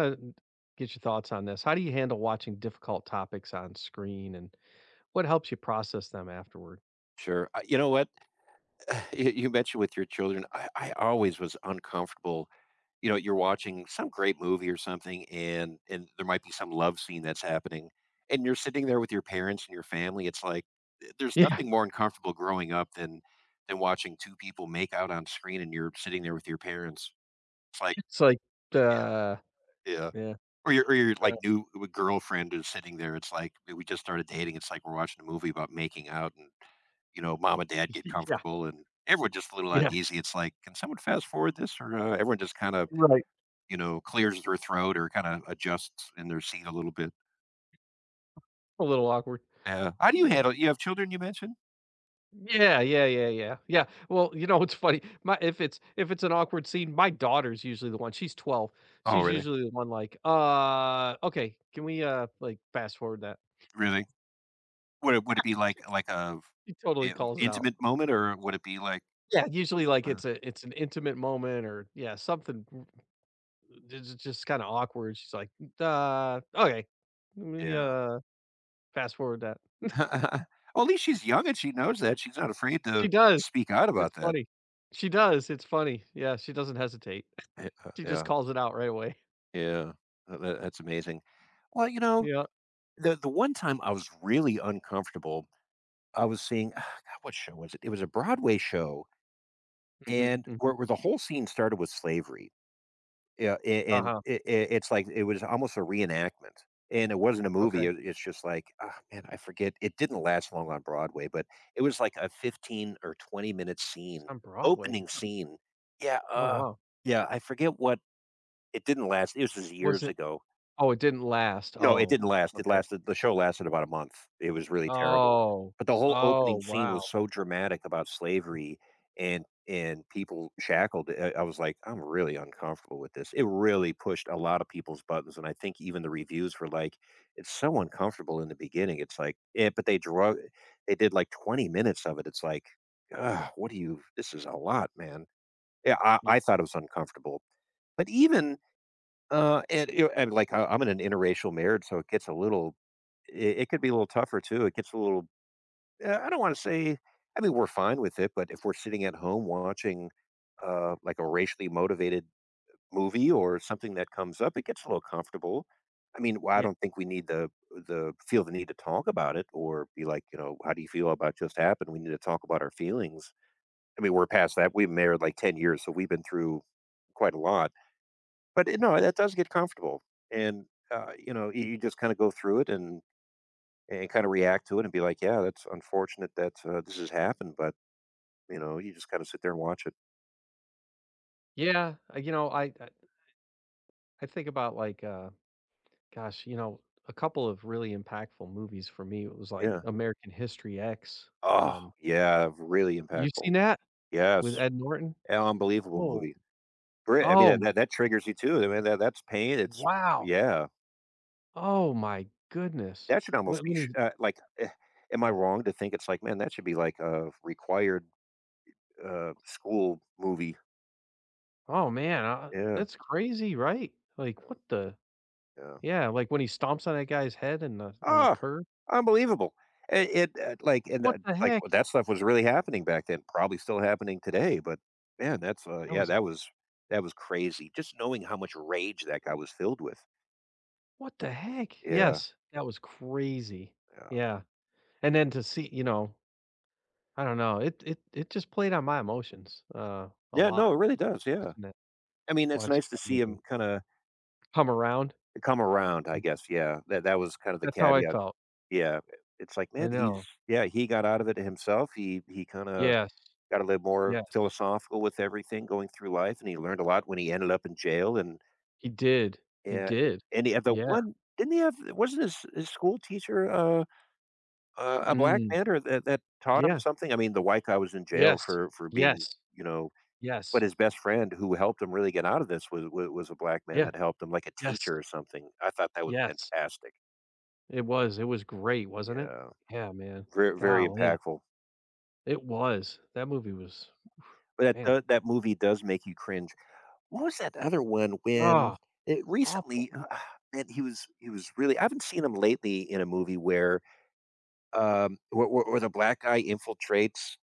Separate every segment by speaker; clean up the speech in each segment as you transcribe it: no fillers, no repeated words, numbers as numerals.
Speaker 1: uh, get your thoughts on this. How do you handle watching difficult topics on screen, and what helps you process them afterward?
Speaker 2: Sure. You know what? You mentioned with your children, I always was uncomfortable. You know, you're watching some great movie or something, and there might be some love scene that's happening, and you're sitting there with your parents and your family. It's like there's
Speaker 1: Yeah,
Speaker 2: nothing more uncomfortable growing up than watching two people make out on screen, and you're sitting there with your parents. It's like,
Speaker 1: it's like, uh,
Speaker 2: yeah, yeah.
Speaker 1: yeah,
Speaker 2: Or your or your, like,
Speaker 1: uh,
Speaker 2: new uh, girlfriend is sitting there, it's like, "Hey, we just started dating," it's like we're watching a movie about making out and, mom and dad get
Speaker 1: yeah,
Speaker 2: comfortable and everyone just a little
Speaker 1: yeah,
Speaker 2: uneasy, it's like, "Can someone fast forward this?" Or, everyone just kinda,
Speaker 1: right.
Speaker 2: clears their throat or kinda adjusts in their seat a little bit.
Speaker 1: A little awkward.
Speaker 2: Yeah. How do you
Speaker 1: Yeah.
Speaker 2: handle you have children, you mentioned?
Speaker 1: Yeah, yeah, yeah, yeah, yeah. Well, you know, it's funny. My if it's an awkward scene, my daughter's usually the one. She's 12.
Speaker 2: Oh,
Speaker 1: She's
Speaker 2: really?
Speaker 1: usually the one like, okay, can we like fast forward that?
Speaker 2: Really? Would it be like a
Speaker 1: She totally
Speaker 2: I
Speaker 1: calls it out.
Speaker 2: intimate moment, or would it be like
Speaker 1: Yeah, usually like
Speaker 2: uh,
Speaker 1: it's an intimate moment or yeah, something. It's just kinda awkward. She's like, okay. Let me,
Speaker 2: yeah.
Speaker 1: fast forward that."
Speaker 2: Well, at least she's young and she knows that, she's not afraid to
Speaker 1: She does.
Speaker 2: speak out
Speaker 1: It's
Speaker 2: about that.
Speaker 1: funny. She does. It's funny. Yeah, she doesn't hesitate. She just
Speaker 2: Yeah,
Speaker 1: calls it out right away.
Speaker 2: yeah, that's amazing. Well, you know,
Speaker 1: Yeah.
Speaker 2: the one time I was really uncomfortable, I was seeing God, what show was it? It was a Broadway show,
Speaker 1: Mhm,
Speaker 2: and where
Speaker 1: mhm.
Speaker 2: where the whole scene started with slavery. Yeah, a and
Speaker 1: Uh-huh.
Speaker 2: it's like it was almost a reenactment, and it wasn't a movie,
Speaker 1: Okay.
Speaker 2: it's just like, ah, man, I forget it didn't last long on Broadway, but it was like a 15 or 20-minute
Speaker 1: It's
Speaker 2: scene,
Speaker 1: on Broadway.
Speaker 2: opening scene. Yeah,
Speaker 1: Oh,
Speaker 2: uh,
Speaker 1: wow.
Speaker 2: yeah, I forget what it didn't last, it was just
Speaker 1: Was
Speaker 2: years
Speaker 1: it?
Speaker 2: ago.
Speaker 1: Oh, it didn't last.
Speaker 2: No, it
Speaker 1: Oh,
Speaker 2: didn't last. It
Speaker 1: okay.
Speaker 2: lasted the show lasted about a month. It was really terrible.
Speaker 1: Oh.
Speaker 2: But the whole
Speaker 1: Oh,
Speaker 2: opening scene was
Speaker 1: wow.
Speaker 2: so dramatic about slavery and people shackled. I was like, I'm really uncomfortable with this. It really pushed a lot of people's buttons, and I think even the reviews were like, it's so uncomfortable in the beginning. It's like, yeah, but they drug, they did like 20 minutes of it. It's like, ugh, what do you? This is a lot, man. Yeah, I,
Speaker 1: Y
Speaker 2: I thought it was uncomfortable. But even and, you know, and like I'm in an interracial marriage, so it gets a little, it could be a little tougher too. It gets a little, I don't want to say, I mean, we're fine with it, but if we're sitting at home watching like a racially motivated movie or something that comes up,
Speaker 1: y
Speaker 2: it gets a little comfortable. I mean, well, I
Speaker 1: Yeah.
Speaker 2: don't think we need the feel the need to talk about it or be like, you know, how do you feel about just happened? We need to talk about our feelings. I mean, we're past that. We've been married like 10 years, so we've been through quite a lot but, no, that does get comfortable, and, you know, you just kinda go through it and kinda react to it and be like, "Yeah, that's unfortunate that, this has happened," but, you know, you just kinda sit there and watch it.
Speaker 1: Yeah, you know, I think about, like, gosh, you know, a couple of really impactful movies for me, it was like
Speaker 2: Yeah.
Speaker 1: American History X.
Speaker 2: Oh, yeah, really
Speaker 1: You
Speaker 2: impactful.
Speaker 1: seen that
Speaker 2: Yes.
Speaker 1: with Ed Norton?
Speaker 2: An unbelievable
Speaker 1: Oh,
Speaker 2: movie. Great, I mean,
Speaker 1: oh,
Speaker 2: that
Speaker 1: m
Speaker 2: that that triggers you too, I mean, that's pain, it's
Speaker 1: Wow.
Speaker 2: yeah.
Speaker 1: Oh my goodness.
Speaker 2: That should almost be
Speaker 1: When he
Speaker 2: am I wrong to think it's like, man, that should be like a required, school movie?
Speaker 1: Oh man,
Speaker 2: Yeah,
Speaker 1: that's crazy, right? Like,
Speaker 2: yeah,
Speaker 1: what the
Speaker 2: yeah.
Speaker 1: yeah, like when he stomps on that guy's head and the on the
Speaker 2: Ah!
Speaker 1: curb.
Speaker 2: Unbelievable. It it, uh, like, and,
Speaker 1: What
Speaker 2: uh,
Speaker 1: the
Speaker 2: like,
Speaker 1: heck?
Speaker 2: well, that stuff was really happening back then, probably still happening today, but man, that's,
Speaker 1: That
Speaker 2: yeah,
Speaker 1: was
Speaker 2: that was crazy. Just knowing how much rage that guy was filled with.
Speaker 1: What the heck?
Speaker 2: Yeah,
Speaker 1: Yes, that was crazy.
Speaker 2: yeah.
Speaker 1: Yeah, and then to see, you know, I don't know. It just played on my emotions, a
Speaker 2: Yeah, no,
Speaker 1: lot
Speaker 2: it really does, yeah.
Speaker 1: watching that
Speaker 2: I mean, it's
Speaker 1: watching
Speaker 2: nice to
Speaker 1: that
Speaker 2: see him
Speaker 1: movie.
Speaker 2: kinda
Speaker 1: Come Around?
Speaker 2: come around, I guess, yeah. That that was kind of the
Speaker 1: That's how I
Speaker 2: caveat.
Speaker 1: felt.
Speaker 2: Yeah, it's like,
Speaker 1: I
Speaker 2: man, he's
Speaker 1: know.
Speaker 2: yeah, he got out of it himself. He kinda
Speaker 1: Yes.
Speaker 2: got a little more
Speaker 1: Yes.
Speaker 2: philosophical with everything going through life, and he learned a lot when he ended up in jail and
Speaker 1: He did. He
Speaker 2: yeah,
Speaker 1: did.
Speaker 2: and he had the
Speaker 1: Yeah.
Speaker 2: one didn't he have wasn't his school teacher, a black
Speaker 1: Mm.
Speaker 2: man or that taught him
Speaker 1: Yeah.
Speaker 2: something? I mean, the white guy was in jail
Speaker 1: Yes.
Speaker 2: for being,
Speaker 1: Yes.
Speaker 2: you know, but
Speaker 1: Yes.
Speaker 2: his best friend who helped him really get out of this was was a black man
Speaker 1: Yeah.
Speaker 2: that helped him, like a
Speaker 1: Yes.
Speaker 2: teacher or something. I thought that was
Speaker 1: Yes.
Speaker 2: fantastic.
Speaker 1: It was. It was great, wasn't it?
Speaker 2: Yeah,
Speaker 1: Yeah, man.
Speaker 2: very very
Speaker 1: Golly.
Speaker 2: impactful.
Speaker 1: It was. That movie was,
Speaker 2: But
Speaker 1: man.
Speaker 2: that movie does make you cringe. What was that other one when
Speaker 1: Ah,
Speaker 2: it
Speaker 1: awful.
Speaker 2: recently? Man, he was really I haven't seen him lately in a movie where where the black guy infiltrates,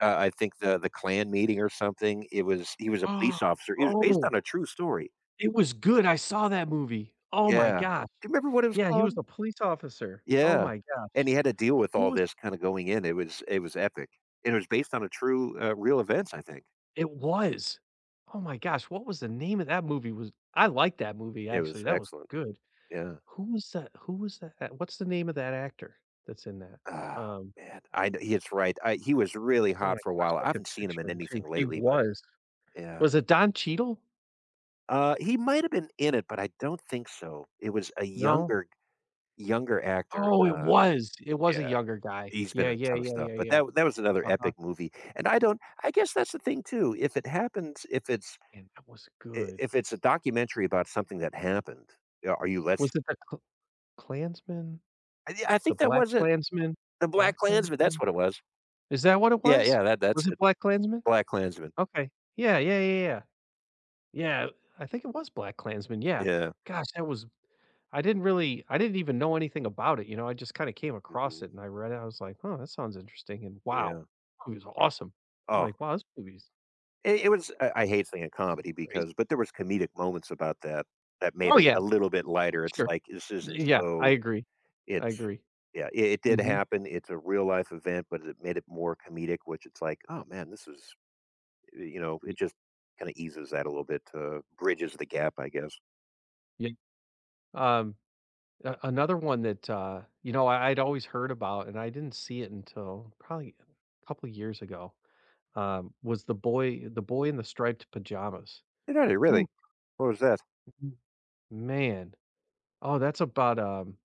Speaker 2: I think the Klan meeting or something. It was he was a police officer. It was based
Speaker 1: Oh,
Speaker 2: on a true story.
Speaker 1: it was good. I saw that movie. Oh my
Speaker 2: Yeah.
Speaker 1: gosh.
Speaker 2: Do you remember what it was
Speaker 1: Yeah, he
Speaker 2: called?
Speaker 1: was a police officer. Oh
Speaker 2: Yeah.
Speaker 1: my
Speaker 2: And
Speaker 1: gosh.
Speaker 2: he had to deal with
Speaker 1: Who
Speaker 2: all
Speaker 1: was
Speaker 2: this kinda going in. It was epic. And it was based on a true, real events, I think.
Speaker 1: It was. Oh my gosh, what was the name of that movie? Was I like that movie,
Speaker 2: It was
Speaker 1: actually, that was
Speaker 2: excellent.
Speaker 1: good.
Speaker 2: Yeah.
Speaker 1: Who was that a what's the name of that actor that's in that?
Speaker 2: Ah,
Speaker 1: Um,
Speaker 2: man. I kn it's right. I he was really
Speaker 1: oh my
Speaker 2: hot for a
Speaker 1: gosh,
Speaker 2: while. I
Speaker 1: I could
Speaker 2: haven't seen him in
Speaker 1: picture him too.
Speaker 2: anything
Speaker 1: He
Speaker 2: lately, but
Speaker 1: was.
Speaker 2: yeah.
Speaker 1: Was it Don Cheadle?
Speaker 2: He might have been in it, but I don't think so. It was a
Speaker 1: No?
Speaker 2: younger younger actor,
Speaker 1: Oh, it was. It was a
Speaker 2: yeah,
Speaker 1: younger guy.
Speaker 2: he's been
Speaker 1: Yeah,
Speaker 2: in a
Speaker 1: yeah,
Speaker 2: ton of
Speaker 1: yeah,
Speaker 2: stuff,
Speaker 1: yeah,
Speaker 2: but
Speaker 1: yeah.
Speaker 2: that that was another
Speaker 1: Uh-huh,
Speaker 2: epic movie, and I don't I guess that's the thing too, if it's
Speaker 1: and that was
Speaker 2: I
Speaker 1: good.
Speaker 2: if it's a documentary about something that happened, are you let's
Speaker 1: Was it the Kla Klansman?
Speaker 2: I
Speaker 1: The
Speaker 2: think that
Speaker 1: Black
Speaker 2: was it,
Speaker 1: Klansman?
Speaker 2: The Black
Speaker 1: Black
Speaker 2: Klansman, that's
Speaker 1: Klansman?
Speaker 2: what it was.
Speaker 1: Is that what it
Speaker 2: Yeah,
Speaker 1: was?
Speaker 2: yeah, that that's
Speaker 1: Was it
Speaker 2: it,
Speaker 1: Black BlacKkKlansman?
Speaker 2: Black Klansman.
Speaker 1: Okay. Yeah, yeah, yeah, yeah. Yeah, I think it was Black BlacKkKlansman, yeah.
Speaker 2: Yeah,
Speaker 1: Gosh, that was I didn't even know anything about it, you know, I just kinda came across
Speaker 2: mhm,
Speaker 1: it and I read it, I was like, "Huh, that sounds interesting," and wow,
Speaker 2: yeah.
Speaker 1: it was awesome. I'm
Speaker 2: Oh,
Speaker 1: like, "Wow, this movie's
Speaker 2: it was I hate saying a comedy
Speaker 1: crazy."
Speaker 2: because but there was comedic moments about that made
Speaker 1: Oh,
Speaker 2: it
Speaker 1: yeah,
Speaker 2: a little bit lighter, it's
Speaker 1: sure.
Speaker 2: like, this isn't
Speaker 1: Yeah, I
Speaker 2: so
Speaker 1: agree, I
Speaker 2: it's
Speaker 1: agree.
Speaker 2: yeah, it did
Speaker 1: Mhm,
Speaker 2: happen, it's a real life event, but it made it more comedic, which it's like, "Oh, man, this is." You know, it just kinda eases that a little bit, bridges the gap, I guess.
Speaker 1: yeah. Um, a another one that, you know, I I'd always heard about and I didn't see it until probably a couple years ago. Um, was the boy in the striped pajamas.
Speaker 2: Did I
Speaker 1: Ooh.
Speaker 2: really? What was that?
Speaker 1: Man. Oh, that's about,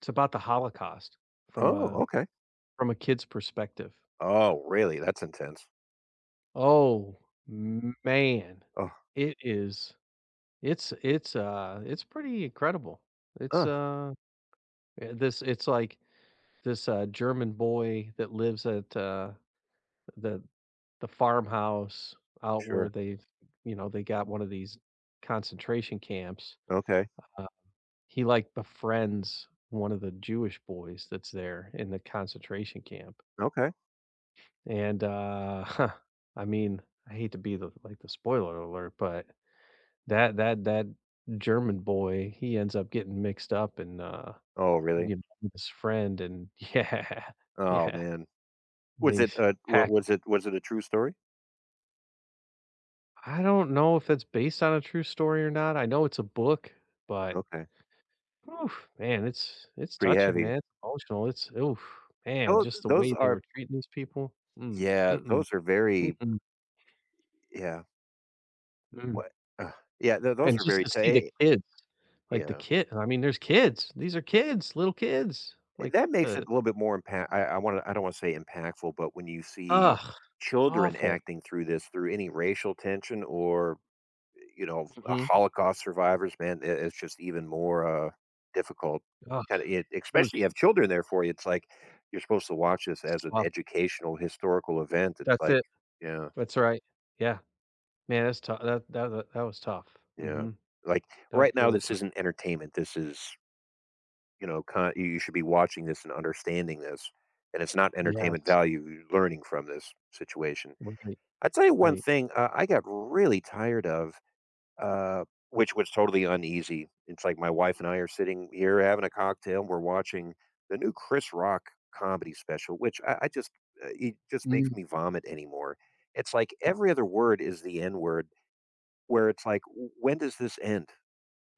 Speaker 1: it's about the Holocaust from a
Speaker 2: "Oh, okay.
Speaker 1: from a kid's perspective.
Speaker 2: Oh, really? That's intense.
Speaker 1: Oh, man.
Speaker 2: Oh,
Speaker 1: It is it's it's pretty incredible. It's,
Speaker 2: huh,
Speaker 1: this it's like this, German boy that lives at, the the farmhouse out where
Speaker 2: sure.
Speaker 1: they've, you know, they got one of these concentration camps.
Speaker 2: Okay,
Speaker 1: He, like, befriends one of the Jewish boys that's there in the concentration camp,
Speaker 2: okay.
Speaker 1: and, I mean, I hate to be the, like, the spoiler alert, but that German boy, he ends up getting mixed up and,
Speaker 2: Oh, really?
Speaker 1: you know, with his friend and yeah,
Speaker 2: Oh,
Speaker 1: yeah,
Speaker 2: man."
Speaker 1: and
Speaker 2: Was it,
Speaker 1: he's
Speaker 2: wa
Speaker 1: hacked.
Speaker 2: was it a true story?
Speaker 1: I don't know if that's based on a true story or not, I know it's a book, but
Speaker 2: Okay,
Speaker 1: oof, man, it's
Speaker 2: pretty
Speaker 1: touching,
Speaker 2: heavy.
Speaker 1: man, it's emotional, it's oof, man,
Speaker 2: Tho
Speaker 1: just the
Speaker 2: those
Speaker 1: way they
Speaker 2: are
Speaker 1: were treating these people, mm,
Speaker 2: yeah,
Speaker 1: mm-mm,
Speaker 2: those are very
Speaker 1: mm-mm,
Speaker 2: yeah,
Speaker 1: mm,
Speaker 2: what Uh, yeah, tho those
Speaker 1: and
Speaker 2: are
Speaker 1: just
Speaker 2: very
Speaker 1: to
Speaker 2: ta
Speaker 1: see the
Speaker 2: eh,
Speaker 1: kids, like, the
Speaker 2: yeah.
Speaker 1: kid I mean, there's kids, these are kids, little kids, like,
Speaker 2: That
Speaker 1: what
Speaker 2: makes it
Speaker 1: the
Speaker 2: a little bit more impact I don't wanna say impactful, but when you see
Speaker 1: ugh,
Speaker 2: children
Speaker 1: awful,
Speaker 2: acting through this, through any racial tension or, you know,
Speaker 1: mhm,
Speaker 2: Holocaust survivors, man, I it's just even more, difficult. Kind
Speaker 1: ugh,
Speaker 2: of it
Speaker 1: it was
Speaker 2: especially you have children there for you, it's like, you're supposed to watch this as an
Speaker 1: tough,
Speaker 2: educational, historical event, it's
Speaker 1: that's
Speaker 2: like
Speaker 1: it,
Speaker 2: yeah,
Speaker 1: that's right, yeah, man, that's tough. That that that that was tough,
Speaker 2: yeah.
Speaker 1: mhm,
Speaker 2: Like,
Speaker 1: that was
Speaker 2: right now,
Speaker 1: really
Speaker 2: this
Speaker 1: tough,
Speaker 2: isn't entertainment, this is you know, con you should be watching this and understanding this, and it's not entertainment
Speaker 1: yes,
Speaker 2: value you're learning from this situation.
Speaker 1: right,
Speaker 2: I'll tell you one
Speaker 1: right,
Speaker 2: thing, I got really tired of, uh, which was totally uneasy. It's like my wife and I are sitting here having a cocktail, and we're watching the new Chris Rock comedy special, which I just it just makes
Speaker 1: mm,
Speaker 2: me vomit anymore. It's like every other word is the N word, where it's like, When does this end?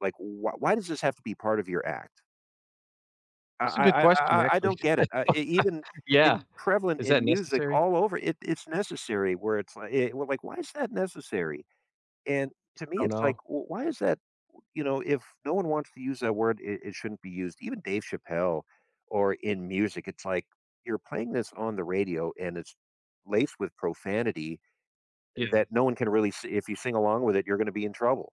Speaker 2: Like, why does this have to be part of your act? I
Speaker 1: it's a good
Speaker 2: I
Speaker 1: question,
Speaker 2: I I
Speaker 1: actually.
Speaker 2: don't get it. E even
Speaker 1: Yeah.
Speaker 2: in prevalent
Speaker 1: Is
Speaker 2: in
Speaker 1: that
Speaker 2: music
Speaker 1: necessary?
Speaker 2: all over, it it's necessary where it's like eh, we're like, "Why is that necessary?" And to
Speaker 1: I
Speaker 2: me,
Speaker 1: don't
Speaker 2: it's like,
Speaker 1: know.
Speaker 2: "Well, why is that?" You know, if no one wants to use that word, it shouldn't be used. Even Dave Chappelle or in music, it's like, you're playing this on the radio, and it's laced with profanity
Speaker 1: Yeah,
Speaker 2: that no one can really s if you sing along with it, you're gonna be in trouble.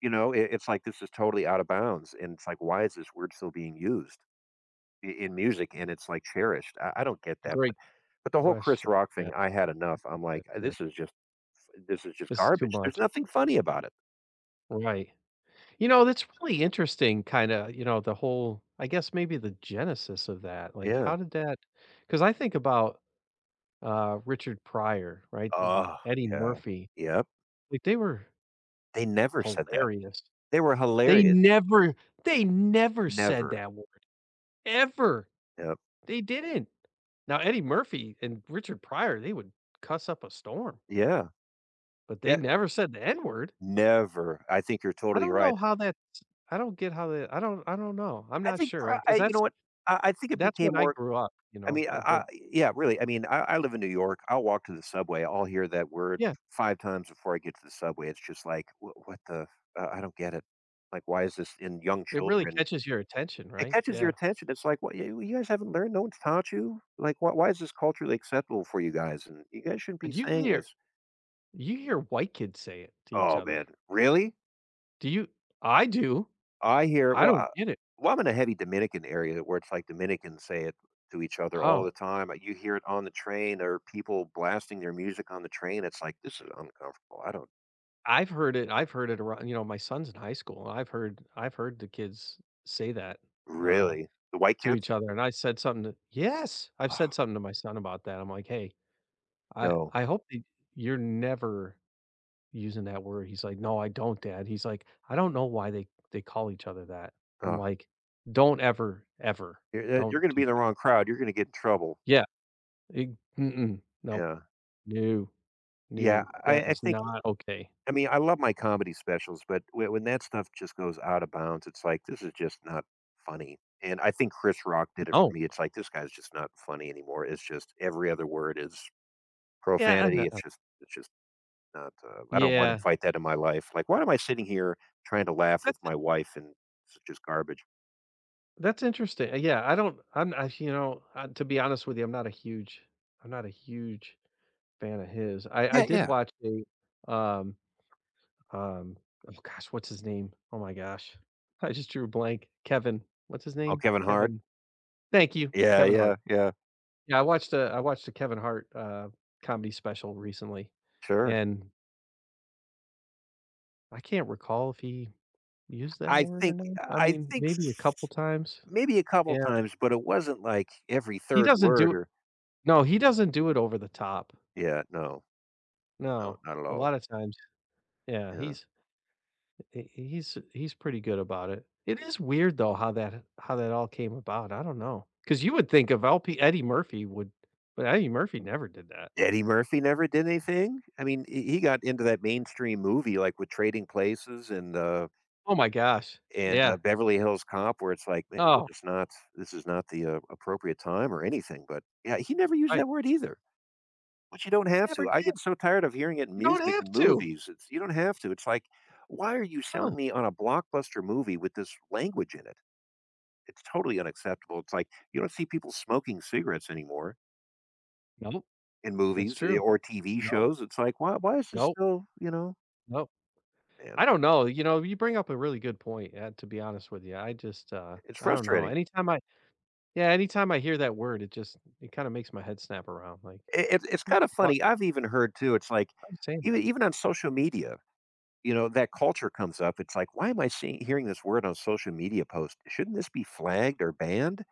Speaker 2: You know, I it's like, this is totally out of bounds, and it's like, why is this word still being used? In music and it's like cherished. I don't get that,
Speaker 1: great
Speaker 2: but the whole Chris
Speaker 1: question.
Speaker 2: Rock
Speaker 1: Yeah, I
Speaker 2: thing, I had enough.
Speaker 1: don't
Speaker 2: I'm
Speaker 1: think
Speaker 2: like,
Speaker 1: that either.
Speaker 2: This is just
Speaker 1: It's too
Speaker 2: garbage. There's
Speaker 1: much.
Speaker 2: nothing funny about it."
Speaker 1: Right. You know, that's really interesting, kinda, you know, the whole I guess maybe the genesis of that, like,
Speaker 2: Yeah.
Speaker 1: how did that? Because I think about, Richard Pryor, right, and
Speaker 2: Oh
Speaker 1: Eddie
Speaker 2: yeah.
Speaker 1: Murphy,
Speaker 2: Yep.
Speaker 1: like, they were
Speaker 2: They never said that.
Speaker 1: hilarious.
Speaker 2: They were
Speaker 1: They
Speaker 2: hilarious.
Speaker 1: never they never said
Speaker 2: Never.
Speaker 1: that word, ever.
Speaker 2: Yep.
Speaker 1: They didn't. Now Eddie Murphy and Richard Pryor, they would cuss up a storm.
Speaker 2: Yeah.
Speaker 1: But they
Speaker 2: Yeah.
Speaker 1: never said the N word.
Speaker 2: Never. I think you're
Speaker 1: I
Speaker 2: totally
Speaker 1: don't
Speaker 2: right.
Speaker 1: know how that's I don't get how that I don't know. I'm not sure,
Speaker 2: I,
Speaker 1: because
Speaker 2: you know what? I think it
Speaker 1: that's
Speaker 2: became
Speaker 1: when I
Speaker 2: more.
Speaker 1: grew up, you
Speaker 2: I
Speaker 1: know?
Speaker 2: mean,
Speaker 1: But
Speaker 2: I Yeah, really, I mean, I live in New York. I'll walk to the subway, I'll hear that word
Speaker 1: yeah,
Speaker 2: 5 times before I get to the subway. It's just like, "What the I don't get it." Like, why is this in young
Speaker 1: it really
Speaker 2: children?
Speaker 1: catches your attention,
Speaker 2: It
Speaker 1: right?
Speaker 2: catches your
Speaker 1: Yeah.
Speaker 2: attention. It's like, "What, you guys haven't learned? No one's taught you? Like, why is this culturally acceptable for you guys? And you guys shouldn't
Speaker 1: But
Speaker 2: be saying this."
Speaker 1: you hear white kids say it to each
Speaker 2: "Oh,
Speaker 1: other.
Speaker 2: man, really?"
Speaker 1: Do you I do.
Speaker 2: I hear
Speaker 1: I don't get it.
Speaker 2: well, I'm in a heavy Dominican area where it's like Dominicans say it to each other all
Speaker 1: Oh,
Speaker 2: the time. You hear it on the train or people blasting their music on the train. It's like, this is uncomfortable. I don't
Speaker 1: I've heard it around, you know, my son's in high school, and I've heard the kids say that, uh,
Speaker 2: really. The white
Speaker 1: to
Speaker 2: kids?
Speaker 1: each other, and I said something to yes, I've
Speaker 2: Ugh,
Speaker 1: said something to my son about that. I'm like, "Hey,
Speaker 2: no.
Speaker 1: I hope that you're never using that word." He's like, "No, I don't, dad." He's like, "I don't know why they call each other that." I'm
Speaker 2: Ugh.
Speaker 1: like, "Don't ever, ever. Don't
Speaker 2: You're going to
Speaker 1: do
Speaker 2: be in the
Speaker 1: that."
Speaker 2: wrong crowd. You're going to get in trouble.
Speaker 1: Yeah. It mm-mm. Nope.
Speaker 2: Yeah.
Speaker 1: No.
Speaker 2: Yeah.
Speaker 1: No.
Speaker 2: I,
Speaker 1: That
Speaker 2: I
Speaker 1: is
Speaker 2: think,
Speaker 1: not okay.
Speaker 2: I mean, I love my comedy specials, but when that stuff just goes out of bounds, it's like, this is just not funny. And I think Chris Rock did it for
Speaker 1: No.
Speaker 2: me. It's like, this guy's just not funny anymore. It's just every other word is
Speaker 1: Yeah, I
Speaker 2: profanity.
Speaker 1: know.
Speaker 2: It's just not, I don't wanna
Speaker 1: Yeah.
Speaker 2: invite that in my life. Like, "Why am I sitting here trying to laugh with
Speaker 1: That's
Speaker 2: my wife and it's just garbage?"
Speaker 1: that's interesting. Yeah, I don't I'm I you know, to be honest with you, I'm not a huge fan of his. I
Speaker 2: "Yeah,
Speaker 1: did
Speaker 2: yeah.
Speaker 1: watch a, Um, oh gosh, what's his name? Oh my gosh. I just drew a blank. Kevin. What's his
Speaker 2: Oh,
Speaker 1: name?
Speaker 2: Kevin Hart?
Speaker 1: Kevin. Thank you.
Speaker 2: Yeah,
Speaker 1: Kevin Hart.
Speaker 2: yeah, yeah.
Speaker 1: Yeah, I watched a Kevin Hart comedy special recently
Speaker 2: Sure."
Speaker 1: and I can't recall if he used that word or not. I
Speaker 2: I
Speaker 1: mean,
Speaker 2: think
Speaker 1: maybe a couple
Speaker 2: s
Speaker 1: times.
Speaker 2: maybe a couple
Speaker 1: Yeah.
Speaker 2: times, but it wasn't like every
Speaker 1: He
Speaker 2: 3rd
Speaker 1: doesn't
Speaker 2: word
Speaker 1: do
Speaker 2: or.
Speaker 1: No, he doesn't do it over the top.
Speaker 2: Yeah, no, no,
Speaker 1: No.
Speaker 2: not at
Speaker 1: A
Speaker 2: all.
Speaker 1: lot of times. Yeah,
Speaker 2: Yeah.
Speaker 1: he's he's pretty good about it. It is weird though how that all came about. I don't know because you would think of LP Eddie Murphy would, but Eddie Murphy never did that.
Speaker 2: Eddie Murphy never did anything? I mean, he got into that mainstream movie, like, with Trading Places and,
Speaker 1: Oh my gosh.
Speaker 2: and,
Speaker 1: Yeah.
Speaker 2: Beverly Hills Cop where it's like, "Ma we're
Speaker 1: Oh,
Speaker 2: just not this is not the, appropriate time or anything," but, yeah, he never used
Speaker 1: right.
Speaker 2: that word either. But you don't
Speaker 1: He
Speaker 2: have
Speaker 1: never
Speaker 2: to. I get
Speaker 1: did.
Speaker 2: so tired of hearing it in
Speaker 1: You don't
Speaker 2: music
Speaker 1: have
Speaker 2: and
Speaker 1: to.
Speaker 2: movies. It's you don't have to. It's like, "Why are you
Speaker 1: No.
Speaker 2: selling me on a blockbuster movie with this language in it?" It's totally unacceptable. It's like, you don't see people smoking cigarettes anymore
Speaker 1: Nope.
Speaker 2: in
Speaker 1: That's
Speaker 2: movies, eh,
Speaker 1: true.
Speaker 2: or TV
Speaker 1: Nope.
Speaker 2: shows. It's like, "Why is this
Speaker 1: Nope.
Speaker 2: still," you know?
Speaker 1: Nope.
Speaker 2: And
Speaker 1: I don't know. You know, you bring up a really good point, to be honest with you. I just,
Speaker 2: it's
Speaker 1: I don't know.
Speaker 2: frustrating.
Speaker 1: Anytime I Yeah, anytime I hear that word, it just it kinda makes my head snap around, like,
Speaker 2: I it's
Speaker 1: "Wh
Speaker 2: kinda funny. I've even heard too, it's like,
Speaker 1: why are saying
Speaker 2: even
Speaker 1: that?"
Speaker 2: even on social media, you know, that culture comes up. It's like, why am I seeing hearing this word on social media post? Shouldn't this be flagged or banned?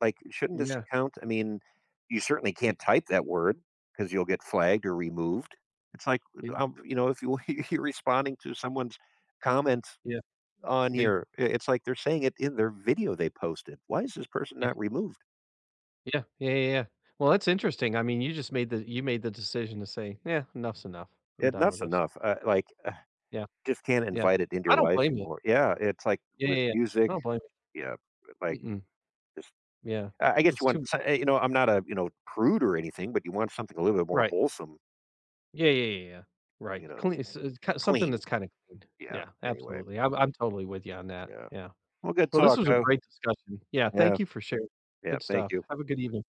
Speaker 2: Like, shouldn't this
Speaker 1: Yeah.
Speaker 2: account? I mean, you certainly
Speaker 1: Y
Speaker 2: can't type that word because you'll get flagged or removed. It's like,
Speaker 1: y
Speaker 2: you know, if you, you're responding to someone's comments
Speaker 1: Yeah.
Speaker 2: on
Speaker 1: Yeah,
Speaker 2: here, it's like they're saying it in their video they posted. Why is this person
Speaker 1: yeah,
Speaker 2: not removed?
Speaker 1: yeah, yeah, yeah, yeah. Well, that's interesting. I mean, you made the decision to say, "Yeah, enough's enough. I'm
Speaker 2: It,
Speaker 1: done with
Speaker 2: that's
Speaker 1: this."
Speaker 2: enough.
Speaker 1: Yeah,
Speaker 2: Just can't
Speaker 1: yeah.
Speaker 2: invite it into your
Speaker 1: I don't
Speaker 2: life
Speaker 1: blame you.
Speaker 2: anymore. Yeah, it's like
Speaker 1: Yeah,
Speaker 2: with
Speaker 1: yeah, yeah.
Speaker 2: music.
Speaker 1: I don't blame
Speaker 2: Yeah,
Speaker 1: you.
Speaker 2: like.
Speaker 1: Mm-mm. Yeah.
Speaker 2: I guess you
Speaker 1: It's
Speaker 2: want,
Speaker 1: too
Speaker 2: you know, I'm not a, you know, prude or anything, but you want something a little bit more
Speaker 1: right.
Speaker 2: wholesome,
Speaker 1: Yeah, yeah, yeah, yeah. Right.
Speaker 2: you know,
Speaker 1: Clean s it's ki something
Speaker 2: clean.
Speaker 1: that's kinda clean.
Speaker 2: Yeah.
Speaker 1: Yeah,
Speaker 2: Anyway.
Speaker 1: absolutely. I'm totally with you on that.
Speaker 2: Yeah.
Speaker 1: Yeah.
Speaker 2: Well, good
Speaker 1: Well, this
Speaker 2: talk.
Speaker 1: was a
Speaker 2: Oh,
Speaker 1: great discussion. Yeah,
Speaker 2: yeah.
Speaker 1: thank you for sharing.
Speaker 2: Yeah.
Speaker 1: Good
Speaker 2: Thank
Speaker 1: stuff.
Speaker 2: you.
Speaker 1: Have a good evening.